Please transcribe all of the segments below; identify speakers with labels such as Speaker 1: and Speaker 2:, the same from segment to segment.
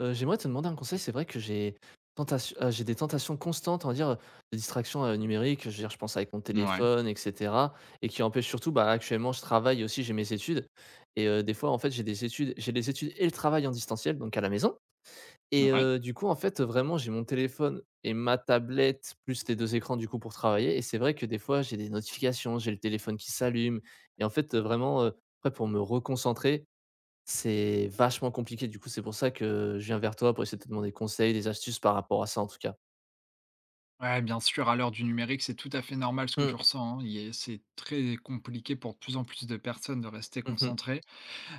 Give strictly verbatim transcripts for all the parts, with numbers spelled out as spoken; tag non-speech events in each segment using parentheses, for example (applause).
Speaker 1: Heu, j'aimerais te demander un conseil. C'est vrai que j'ai tentation heu, j'ai des tentations constantes, on va dire, heu, de distractions, heu, numériques. Je veux dire, je pense avec mon
Speaker 2: Ouais,
Speaker 1: téléphone et cetera et qui empêche surtout, bah, actuellement, je travaille aussi, j'ai mes études et heu, des fois, en fait, j'ai des études j'ai les études et le travail en distanciel, donc à la maison et
Speaker 2: ouais.
Speaker 1: heu, du coup, en fait, vraiment, j'ai mon téléphone et ma tablette plus les deux écrans, du coup, pour travailler. Et c'est vrai que des fois, j'ai des notifications, j'ai le téléphone qui s'allume et en fait, heu, vraiment, heu, après pour me reconcentrer, c'est vachement compliqué. Du coup, c'est pour ça que je viens vers toi pour essayer de te demander conseil, des astuces par rapport à ça, en tout cas.
Speaker 2: Ouais, bien sûr, à l'heure du numérique, c'est tout à fait normal ce que tu
Speaker 1: Mmh.
Speaker 2: ressens, hein. Il est c'est très compliqué pour de plus en plus de personnes de rester
Speaker 1: Mmh.
Speaker 2: concentrées.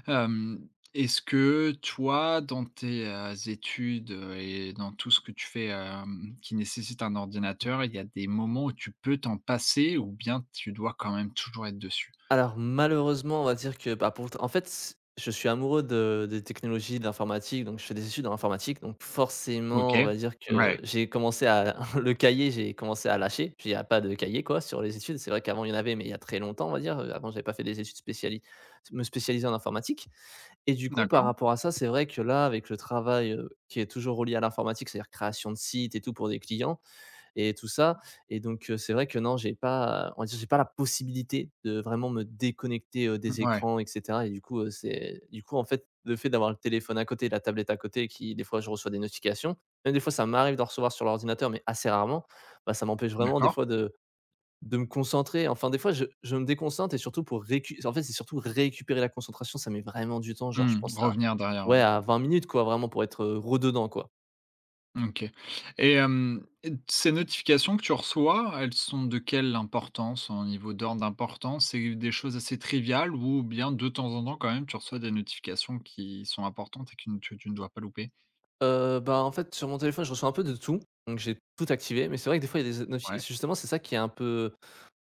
Speaker 2: Hem, Est-ce que toi, dans tes, heu, études, heu et dans tout ce que tu fais, hem, qui nécessite un ordinateur, il y a des moments où tu peux t'en passer ou bien tu dois quand même toujours être dessus?
Speaker 1: Alors malheureusement, on va dire que, bah, pour en fait, c je suis amoureux de des technologies, de l'informatique, donc je fais des études en informatique, donc
Speaker 2: OK.
Speaker 1: forcément, on va dire que
Speaker 2: Ouais,
Speaker 1: j'ai commencé à (laughs) le cahier, j'ai commencé à lâcher. Il y a pas de cahier, quoi, sur les études. C'est vrai qu'avant, il y en avait, mais il y a très longtemps, on va dire, avant, j'avais pas fait des études spéciali me spécialiser en informatique. Et du coup, par
Speaker 2: d'accord.
Speaker 1: rapport à ça, c'est vrai que là, avec le travail, heu, qui est toujours relié à l'informatique, c'est-à-dire création de sites et tout pour des clients et tout ça. Et donc heu, c'est vrai que non, j'ai pas, on va dire, j'ai pas la possibilité de vraiment me déconnecter, heu, des
Speaker 2: Ouais,
Speaker 1: écrans et cetera. Et du coup, heu, c'est du coup, en fait, le fait d'avoir le téléphone à côté, la tablette à côté qui, des fois, je reçois des notifications. Même des fois, ça m'arrive d'en recevoir sur l'ordinateur mais assez rarement. Bah, ça m'empêche vraiment des
Speaker 2: d'accord.
Speaker 1: fois de de me concentrer, enfin des fois je je me déconcentre et surtout pour récu en fait, c'est surtout récupérer la concentration, ça met vraiment du temps, genre je
Speaker 2: Mmh,
Speaker 1: pense à
Speaker 2: revenir derrière,
Speaker 1: ouais
Speaker 2: ouais.
Speaker 1: à vingt minutes quoi, vraiment pour être, heu, rededans quoi.
Speaker 2: OK, et hem, ces notifications que tu reçois, elles sont de quelle importance, en niveau d'ordre d'importance? C'est des choses assez triviales ou bien de temps en temps, quand même, tu reçois des notifications qui sont importantes et que tu tu ne dois pas louper?
Speaker 1: Heu, bah, en fait, sur mon téléphone, je reçois un peu de tout, donc j'ai tout activé, mais c'est vrai que des fois, il y a des notifi
Speaker 2: Ouais,
Speaker 1: justement, c'est ça qui est un peu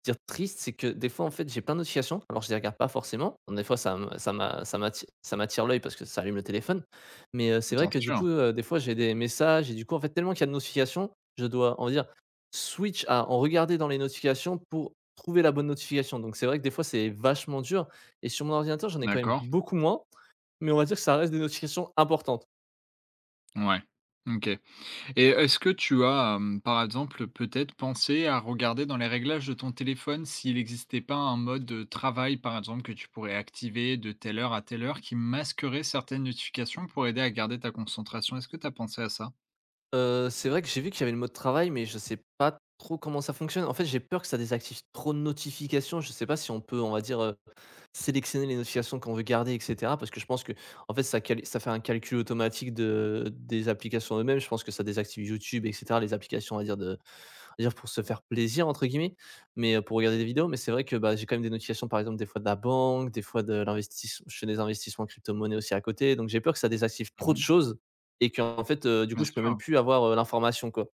Speaker 1: dire triste, c'est que des fois, en fait, j'ai plein de notifications. Alors, je les regarde pas forcément. Des fois, ça me ça m'a ça m'atti ça m'attire l'œil parce que ça allume le téléphone, mais heu, c'est vrai
Speaker 2: bien
Speaker 1: que du
Speaker 2: sûr.
Speaker 1: coup, heu, des fois, j'ai des messages et du coup, en fait, tellement qu'il y a de notifications, je dois, on va dire, switch à en regarder dans les notifications pour trouver la bonne notification, donc c'est vrai que des fois, c'est vachement dur. Et sur mon ordinateur, j'en ai quand même
Speaker 2: D'accord.
Speaker 1: beaucoup moins, mais on va dire que ça reste des notifications importantes.
Speaker 2: Ouais. OK. Et est-ce que tu as, hem, par exemple, peut-être pensé à regarder dans les réglages de ton téléphone s'il n'existait pas un mode, heu, travail, par exemple, que tu pourrais activer de telle heure à telle heure qui masquerait certaines notifications pour aider à garder ta concentration? Est-ce que tu as pensé à ça?
Speaker 1: Heu, c'est vrai que j'ai vu qu'il y avait le mode travail, mais je sais pas trop comment ça fonctionne. En fait, j'ai peur que ça désactive trop de notifications. Je sais pas si on peut, on va dire, heu, sélectionner les notifications qu'on veut garder et cetera, parce que je pense que, en fait, ça cal ça fait un calcul automatique de des applications eux-mêmes. Je pense que ça désactive YouTube et cetera, les applications, on va dire, de dire pour se faire plaisir entre guillemets, mais heu, pour regarder des vidéos. Mais c'est vrai que, bah, j'ai quand même des notifications par exemple des fois de la banque, des fois de l'investissement, je fais des investissements en crypto-monnaie aussi à côté, donc j'ai peur que ça désactive trop de
Speaker 2: Mmh.
Speaker 1: choses et qu'en fait, heu, du coup,
Speaker 2: Bien
Speaker 1: je peux même
Speaker 2: sûr.
Speaker 1: plus avoir, heu, l'information quoi.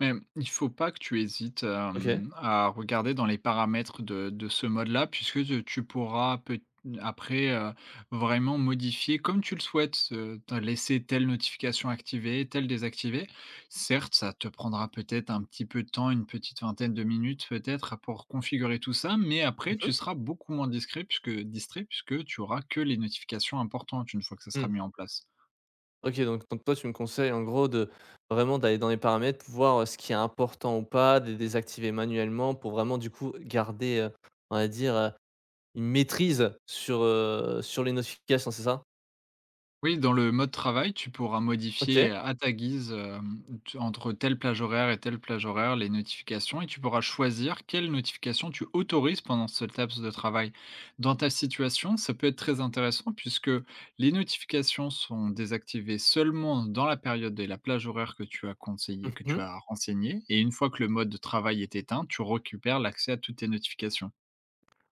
Speaker 2: Mais il faut pas que tu hésites,
Speaker 1: OK.
Speaker 2: hem, à regarder dans les paramètres de de ce mode-là, puisque te tu pourras peut après, heu, vraiment modifier comme tu le souhaites, heu, te laisser telle notification activée, telle désactivée. Certes, ça te prendra peut-être un petit peu de temps, une petite vingtaine de minutes peut-être pour configurer tout ça, mais après
Speaker 1: Mmh
Speaker 2: tu
Speaker 1: mh.
Speaker 2: seras beaucoup moins discret puisque distrait puisque tu auras que les notifications importantes une fois que ça sera
Speaker 1: Mmh.
Speaker 2: mis en place.
Speaker 1: OK, donc donc toi, tu me conseilles en gros de vraiment d'aller dans les paramètres, voir, heu, ce qui est important ou pas, de les désactiver manuellement pour vraiment du coup garder, heu, on va dire, heu, une maîtrise sur, heu, sur les notifications, c'est ça?
Speaker 2: Oui, dans le mode travail, tu pourras modifier
Speaker 1: OK.
Speaker 2: à ta guise, hem, tu entre telle plage horaire et telle plage horaire, les notifications et tu pourras choisir quelles notifications tu autorises pendant ce laps de travail. Dans ta situation, ça peut être très intéressant puisque les notifications sont désactivées seulement dans la période et la plage horaire que tu as conseillé que tu
Speaker 1: Mmh.
Speaker 2: as renseigné et une fois que le mode de travail est éteint, tu récupères l'accès à toutes tes notifications.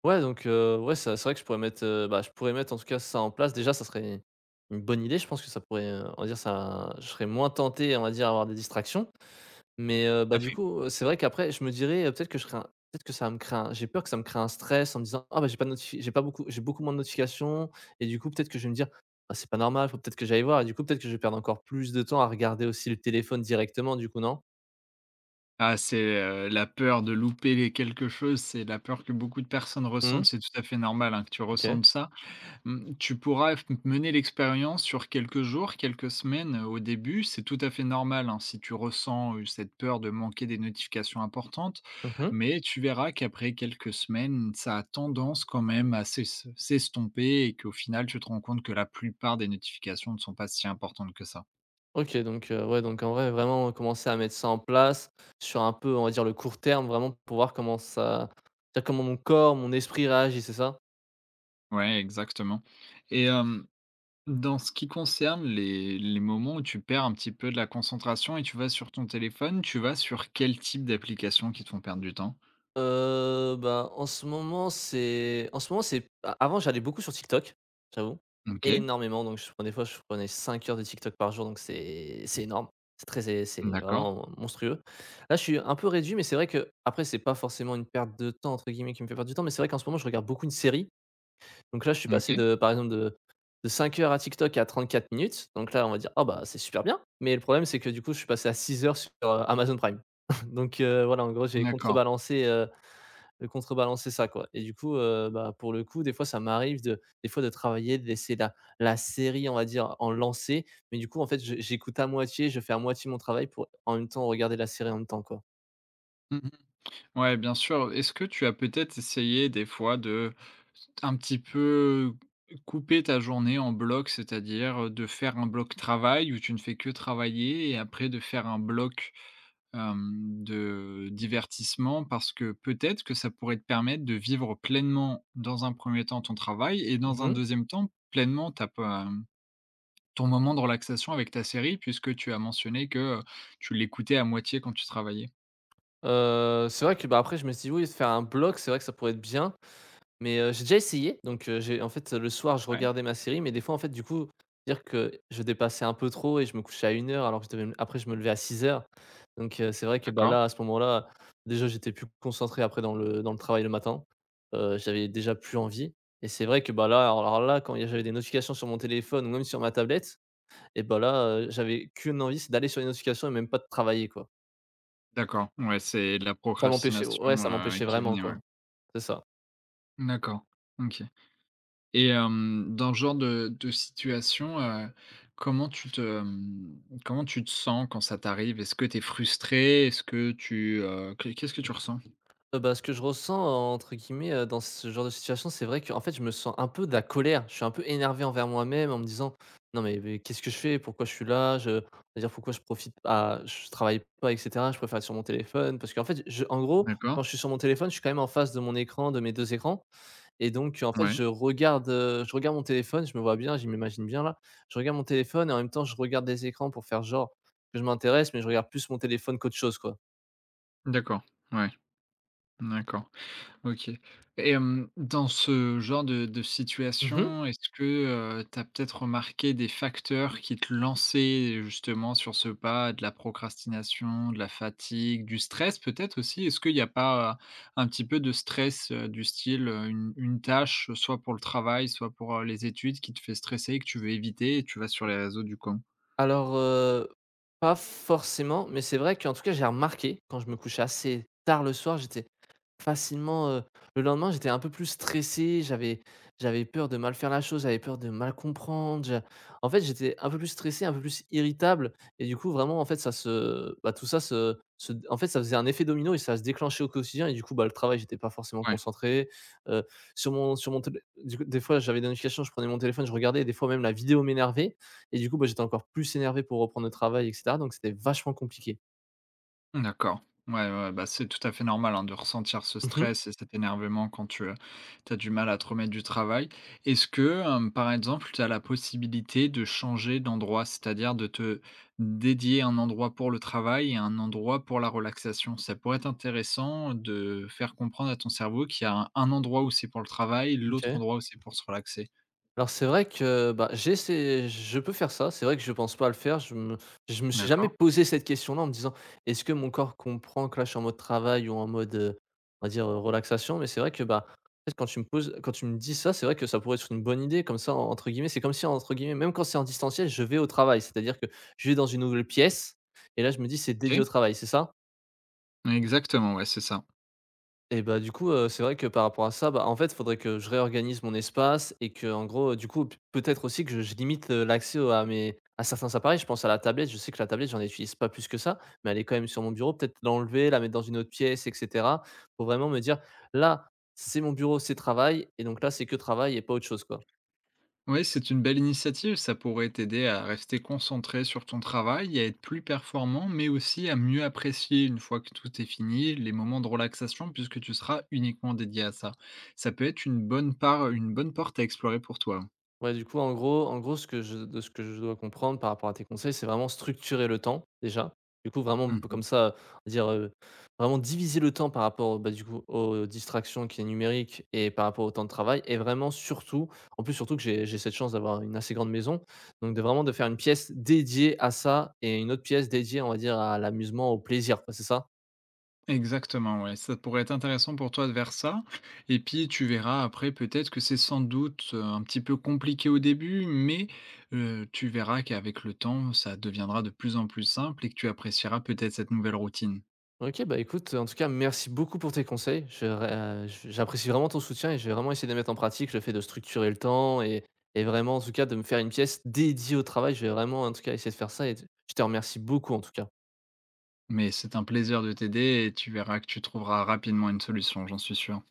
Speaker 1: Ouais, donc heu, ouais, ça c'est vrai que je pourrais mettre, heu, bah, je pourrais mettre en tout cas ça en place. Déjà, ça serait une bonne idée. Je pense que ça pourrait, heu, on va dire ça je serais moins tenté, on va dire, à avoir des distractions. Mais heu, bah,
Speaker 2: Ça
Speaker 1: du
Speaker 2: fait.
Speaker 1: coup, heu, c'est vrai qu'après je me dirais, heu, peut-être que je serais un peut-être que ça va me créer un j'ai peur que ça me crée un stress en me disant: «Ah, bah, j'ai pas de notifi j'ai pas beaucoup j'ai beaucoup moins de notifications». Et du coup, peut-être que je vais me dire: «Ah, c'est pas normal, faut peut-être que j'aille voir». Et du coup, peut-être que je vais perdre encore plus de temps à regarder aussi le téléphone directement du coup, non?
Speaker 2: Ah, c'est, heu, la peur de louper les quelque chose, c'est la peur que beaucoup de personnes ressentent,
Speaker 1: Mmh.
Speaker 2: c'est tout à fait normal, hein, que tu
Speaker 1: OK.
Speaker 2: ressentes ça. Mmh, tu pourras f mener l'expérience sur quelques jours, quelques semaines, heu, au début, c'est tout à fait normal, hein, si tu ressens, heu, cette peur de manquer des notifications importantes,
Speaker 1: Mmh.
Speaker 2: mais tu verras qu'après quelques semaines, ça a tendance quand même à s'es s'estomper et qu'au final, tu te rends compte que la plupart des notifications ne sont pas si importantes que ça.
Speaker 1: OK, donc heu, ouais, donc en vrai, vraiment commencer à mettre ça en place sur un peu, on va dire, le court terme, vraiment pour voir comment ça c'est-à-dire comment mon corps, mon esprit réagit, c'est ça?
Speaker 2: Ouais, exactement. Et hem dans ce qui concerne les les moments où tu perds un petit peu de la concentration et tu vas sur ton téléphone, tu vas sur quel type d'applications qui te font perdre du temps?
Speaker 1: Heu, bah, en ce moment, c'est en ce moment, c'est a avant, j'allais beaucoup sur TikTok, j'avoue,
Speaker 2: OK,
Speaker 1: énormément, donc je prenais des fois, je prenais cinq heures de TikTok par jour, donc c'est c'est énorme. C'est très c'est c'est
Speaker 2: d'accord,
Speaker 1: vraiment monstrueux. Là, je suis un peu réduit, mais c'est vrai que après c'est pas forcément une perte de temps, entre guillemets, qui me fait perdre du temps, mais c'est vrai qu'en ce moment, je regarde beaucoup une série. Donc là, je suis passé
Speaker 2: OK,
Speaker 1: de par exemple de de cinq heures à TikTok à trente-quatre minutes. Donc là, on va dire: «Ah bah, c'est super bien», mais le problème, c'est que du coup, je suis passé à six heures sur, heu, Amazon Prime. (laughs) Donc heu, voilà, en gros, j'ai
Speaker 2: d'accord.
Speaker 1: contrebalancé, heu, contrebalancé ça, quoi. Et du coup, heu, bah, pour le coup, des fois, ça m'arrive de des fois de travailler, de laisser la la série, on va dire, en lancer, mais du coup, en fait, je j'écoute à moitié, je fais à moitié mon travail pour en même temps regarder la série en même temps, quoi.
Speaker 2: Mmh. Ouais, bien sûr. Est-ce que tu as peut-être essayé des fois de un petit peu couper ta journée en blocs, c'est-à-dire, de faire un bloc travail où tu ne fais que travailler et après de faire un bloc. Hem, de divertissement parce que peut-être que ça pourrait te permettre de vivre pleinement, dans un premier temps, ton travail et dans
Speaker 1: Mmh
Speaker 2: un
Speaker 1: mh.
Speaker 2: deuxième temps, pleinement ta pe ton moment de relaxation avec ta série puisque tu as mentionné que, heu, tu l'écoutais à moitié quand tu travaillais.
Speaker 1: C'est vrai que, bah, après, je me suis dit: «Oui, se faire un blog, c'est vrai que ça pourrait être bien». Mais, heu, j'ai déjà essayé, donc, heu, j'ai en fait, le soir, je
Speaker 2: Ouais,
Speaker 1: regardais ma série, mais des fois, en fait, du coup, dire que je dépassais un peu trop et je me couchais à une heure alors que je devais me après, je me levais à six heures. Donc, heu, c'est vrai que, bah,
Speaker 2: d'accord,
Speaker 1: là, à ce moment-là, déjà, j'étais plus concentré après dans le dans le travail le matin. Heu, j'avais déjà plus envie. Et c'est vrai que, bah, là, alors alors là, quand il y a j'avais des notifications sur mon téléphone ou même sur ma tablette et bah, là, heu, j'avais qu'une envie, c'est d'aller sur les notifications et même pas de travailler, quoi.
Speaker 2: d'accord. Ouais, c'est de la
Speaker 1: Ça m'empêchait
Speaker 2: procrastination,
Speaker 1: ouais, ça
Speaker 2: heu,
Speaker 1: m'empêchait
Speaker 2: qui est
Speaker 1: vraiment,
Speaker 2: venue, ouais.
Speaker 1: quoi. C'est ça.
Speaker 2: D'accord, OK. Et hem, dans ce genre de de situation, heu, comment tu te, hem, comment tu te sens quand ça t'arrive? Est-ce que tu es frustré? Est-ce que tu, heu, qu'est qu'est-ce que tu ressens?
Speaker 1: Heu, bah, ce que je ressens, euh, entre guillemets, heu, dans ce genre de situation, c'est vrai que en fait, je me sens un peu de la colère. Je suis un peu énervé envers moi-même en me disant: «Non, mais mais qu'est-ce que je fais? Pourquoi je suis là? Je c'est-à-dire pourquoi je profite pas je travaille pas et cetera, je préfère être sur mon téléphone». Parce qu'en fait, je en gros,
Speaker 2: D'accord,
Speaker 1: quand je suis sur mon téléphone, je suis quand même en face de mon écran, de mes deux écrans et donc en fait,
Speaker 2: ouais,
Speaker 1: je regarde, heu, je regarde mon téléphone, je me vois bien, je m'imagine bien là. Je regarde mon téléphone et en même temps, je regarde les écrans pour faire genre que je m'intéresse, mais je regarde plus mon téléphone qu'autre chose, quoi.
Speaker 2: d'accord, ouais, d'accord. OK, et hem, dans ce genre de de situation, est-ce que, heu, tu as peut-être remarqué des facteurs qui te lançaient justement sur ce pas? De la procrastination, de la fatigue, du stress peut-être aussi? Est-ce qu'il n'y a pas euh, un petit peu de stress, heu, du style, heu, une une tâche, euh, soit pour le travail, soit pour, heu, les études qui te fait stresser et que tu veux éviter et tu vas sur les réseaux du coup?
Speaker 1: Alors, heu, pas forcément, mais c'est vrai qu'en tout cas, j'ai remarqué quand je me couchais assez tard le soir, j'étais facilement, heu le lendemain, j'étais un peu plus stressé, j'avais j'avais peur de mal faire la chose, j'avais peur de mal comprendre, j'a en fait, j'étais un peu plus stressé, un peu plus irritable et du coup, vraiment, en fait, ça se bah, tout ça se se en fait, ça faisait un effet domino et ça se déclenchait au quotidien et du coup, bah, le travail, j'étais pas forcément
Speaker 2: Ouais.
Speaker 1: concentré, heu, sur mon sur mon télé du coup, des fois, j'avais des notifications, je prenais mon téléphone, je regardais et des fois même la vidéo m'énervait et du coup, bah, j'étais encore plus énervé pour reprendre le travail et cetera, donc c'était vachement compliqué.
Speaker 2: D'accord. Ouais, ouais, ouais, bah, c'est tout à fait normal, hein, de ressentir ce
Speaker 1: Mmh mh.
Speaker 2: stress et cet énervement quand tu as du mal à te remettre du travail. Est-ce que, hem, par exemple, tu as la possibilité de changer d'endroit? C'est-à-dire de te dédier un endroit pour le travail et un endroit pour la relaxation? Ça pourrait être intéressant de faire comprendre à ton cerveau qu'il y a un un endroit où c'est pour le travail, l'autre
Speaker 1: OK.
Speaker 2: endroit où c'est pour se relaxer.
Speaker 1: Alors c'est vrai que, bah, j'ai essayé je peux faire ça. C'est vrai que je pense pas le faire. Je me je me suis jamais
Speaker 2: D'accord,
Speaker 1: posé cette question-là en me disant: «Est-ce que mon corps comprend que là, je suis en mode travail ou en mode, heu, on va dire, heu, relaxation?» mais c'est vrai que, bah, en fait, quand tu me poses quand tu me dis ça, c'est vrai que ça pourrait être une bonne idée comme ça, en entre guillemets. C'est comme si, entre guillemets, même quand c'est en distanciel, je vais au travail. C'est-à-dire que je vais dans une nouvelle pièce et là, je me dis: «C'est dédié
Speaker 2: OK.
Speaker 1: au travail», c'est ça?
Speaker 2: Exactement, ouais, c'est ça.
Speaker 1: Et bah, du coup, heu, c'est vrai que par rapport à ça, bah, en fait, il faudrait que je réorganise mon espace et que en gros, heu, du coup, p peut-être aussi que je je limite, heu, l'accès au à mes à certains appareils. Je pense à la tablette, je sais que la tablette, j'en utilise pas plus que ça, mais elle est quand même sur mon bureau. Peut-être l'enlever, la mettre dans une autre pièce et cetera, pour vraiment me dire: «Là, c'est mon bureau, c'est travail et donc là, c'est que travail et pas autre chose», quoi.
Speaker 2: Oui, c'est une belle initiative. Ça pourrait t'aider à rester concentré sur ton travail, à être plus performant, mais aussi à mieux apprécier, une fois que tout est fini, les moments de relaxation, puisque tu seras uniquement dédié à ça. Ça peut être une bonne part, une bonne porte à explorer pour toi.
Speaker 1: Ouais, du coup, en gros en gros, ce que je de ce que je dois comprendre par rapport à tes conseils, c'est vraiment structurer le temps, déjà. Du coup, vraiment b
Speaker 2: Mhm.
Speaker 1: comme ça, on va dire, heu, vraiment diviser le temps par rapport, bah, du coup, aux distractions qui est numérique et par rapport au temps de travail et vraiment surtout en plus, surtout que j'ai j'ai cette chance d'avoir une assez grande maison, donc de vraiment de faire une pièce dédiée à ça et une autre pièce dédiée, on va dire, à l'amusement, au plaisir, quoi, c'est ça?
Speaker 2: Exactement, ouais. Ça pourrait être intéressant pour toi de faire ça. Et puis tu verras après peut-être que c'est sans doute euh, un petit peu compliqué au début, mais euh, tu verras qu'avec le temps, ça deviendra de plus en plus simple et que tu apprécieras peut-être cette nouvelle routine.
Speaker 1: OK, bah, écoute, en tout cas, merci beaucoup pour tes conseils. Je ra je j'apprécie vraiment ton soutien et je vais vraiment essayer de les mettre en pratique. Le fait de structurer le temps et et vraiment, en tout cas, de me faire une pièce dédiée au travail. Je vais vraiment, en tout cas, essayer de faire ça et je te remercie beaucoup, en tout cas.
Speaker 2: Mais c'est un plaisir de t'aider et tu verras que tu trouveras rapidement une solution, j'en suis sûr.